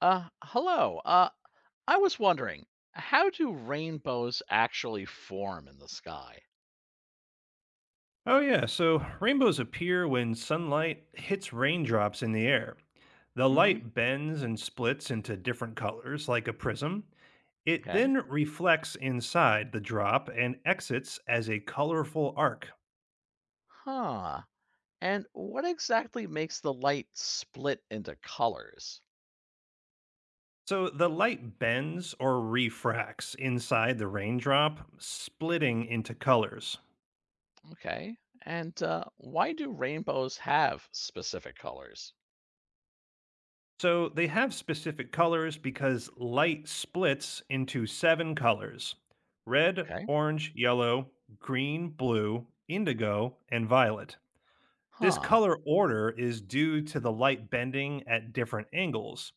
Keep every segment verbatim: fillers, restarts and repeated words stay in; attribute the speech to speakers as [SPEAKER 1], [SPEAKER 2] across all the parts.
[SPEAKER 1] Uh, hello. Uh, I was wondering, how do rainbows actually form in the sky?
[SPEAKER 2] Oh, yeah. So rainbows appear when sunlight hits raindrops in the air. The
[SPEAKER 1] Hmm.
[SPEAKER 2] light bends and splits into different colors, like a prism. It
[SPEAKER 1] Okay.
[SPEAKER 2] then reflects inside the drop and exits as a colorful arc.
[SPEAKER 1] Huh. And what exactly makes the light split into colors?
[SPEAKER 2] So the light bends or refracts inside the raindrop, splitting into colors.
[SPEAKER 1] Okay. And uh, why do rainbows have specific colors?
[SPEAKER 2] So they have specific colors because light splits into seven colors: red,
[SPEAKER 1] Okay.
[SPEAKER 2] orange, yellow, green, blue, indigo, and violet. This
[SPEAKER 1] Huh.
[SPEAKER 2] color order is due to the light bending at different angles.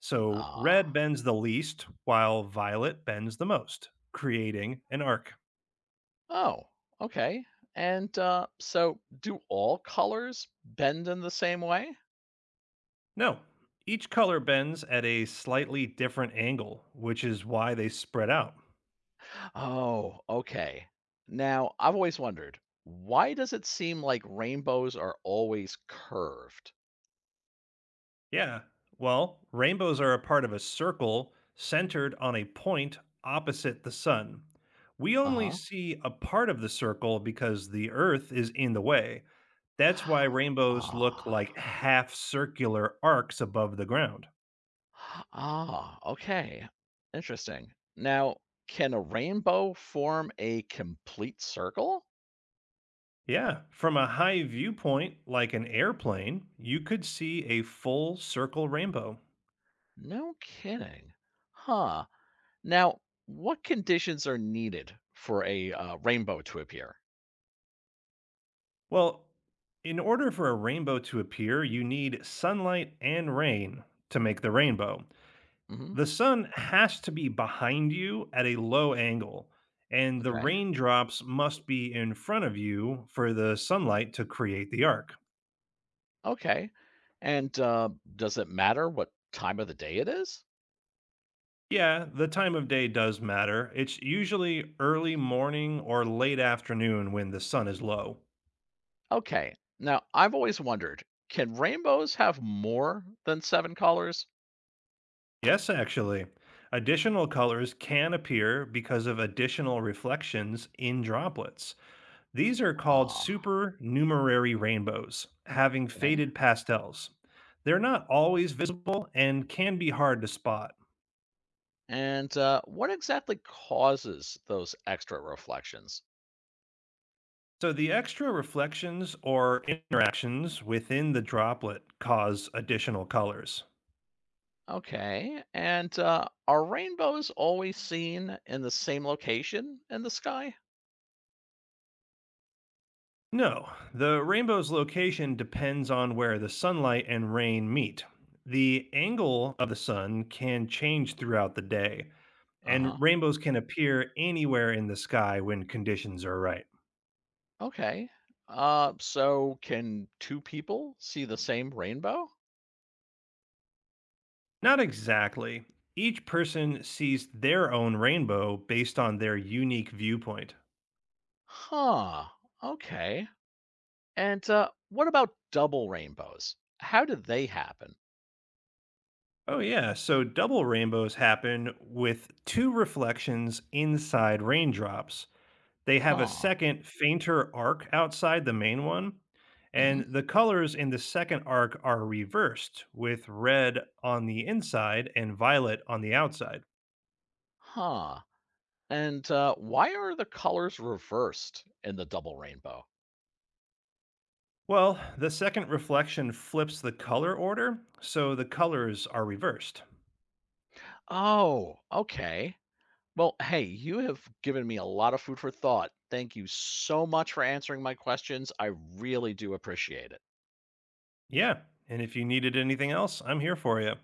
[SPEAKER 2] So red
[SPEAKER 1] Ah.
[SPEAKER 2] bends the least, while violet bends the most, creating an arc.
[SPEAKER 1] Oh. Okay. And uh, so, do all colors bend in the same way?
[SPEAKER 2] No, each color bends at a slightly different angle, which is why they spread out.
[SPEAKER 1] Oh, okay. Now, I've always wondered, why does it seem like rainbows are always curved?
[SPEAKER 2] Yeah. Well, rainbows are a part of a circle centered on a point opposite the sun. We only
[SPEAKER 1] Uh-huh.
[SPEAKER 2] see a part of the circle because the earth is in the way. That's why rainbows look
[SPEAKER 1] Ah.
[SPEAKER 2] like half circular arcs above the ground.
[SPEAKER 1] Ah, okay. Interesting. Now, can a rainbow form a complete circle?
[SPEAKER 2] Yeah, from a high viewpoint, like an airplane, you could see a full circle rainbow.
[SPEAKER 1] No kidding. Huh. Now, what conditions are needed for a uh, rainbow to appear?
[SPEAKER 2] Well, in order for a rainbow to appear, you need sunlight and rain to make the rainbow.
[SPEAKER 1] Hmm.
[SPEAKER 2] The sun has to be behind you at a low angle, and the
[SPEAKER 1] Okay.
[SPEAKER 2] raindrops must be in front of you for the sunlight to create the arc.
[SPEAKER 1] Okay. And uh, does it matter what time of the day it is?
[SPEAKER 2] Yeah, the time of day does matter. It's usually early morning or late afternoon when the sun is low.
[SPEAKER 1] Okay. Now, I've always wondered, can rainbows have more than seven colors?
[SPEAKER 2] Yes, actually. Additional colors can appear because of additional reflections in droplets. These are called
[SPEAKER 1] Ah,
[SPEAKER 2] supernumerary rainbows, having
[SPEAKER 1] okay.
[SPEAKER 2] faded pastels. They're not always visible and can be hard to spot.
[SPEAKER 1] And uh, what exactly causes those extra reflections?
[SPEAKER 2] So, the extra reflections or interactions within the droplet cause additional colors.
[SPEAKER 1] Okay. And uh, are rainbows always seen in the same location in the sky?
[SPEAKER 2] No, the rainbow's location depends on where the sunlight and rain meet. The angle of the sun can change throughout the day,
[SPEAKER 1] Uh
[SPEAKER 2] and
[SPEAKER 1] huh.
[SPEAKER 2] rainbows can appear anywhere in the sky when conditions are right.
[SPEAKER 1] Okay. Uh, so can two people see the same rainbow?
[SPEAKER 2] Not exactly. Each person sees their own rainbow based on their unique viewpoint.
[SPEAKER 1] Huh. Okay. And uh, what about double rainbows? How do they happen?
[SPEAKER 2] Oh, yeah. So double rainbows happen with two reflections inside raindrops. They have a
[SPEAKER 1] Huh.
[SPEAKER 2] second, fainter arc outside the main one.
[SPEAKER 1] Mhm.
[SPEAKER 2] And the colors in the second arc are reversed, with red on the inside and violet on the outside.
[SPEAKER 1] Huh, and, uh, why are the colors reversed in the double rainbow?
[SPEAKER 2] Well, the second reflection flips the color order, so the colors are reversed.
[SPEAKER 1] Oh, okay. Well, hey, you have given me a lot of food for thought. Thank you so much for answering my questions. I really do appreciate it.
[SPEAKER 2] Yeah. And if you needed anything else, I'm here for you.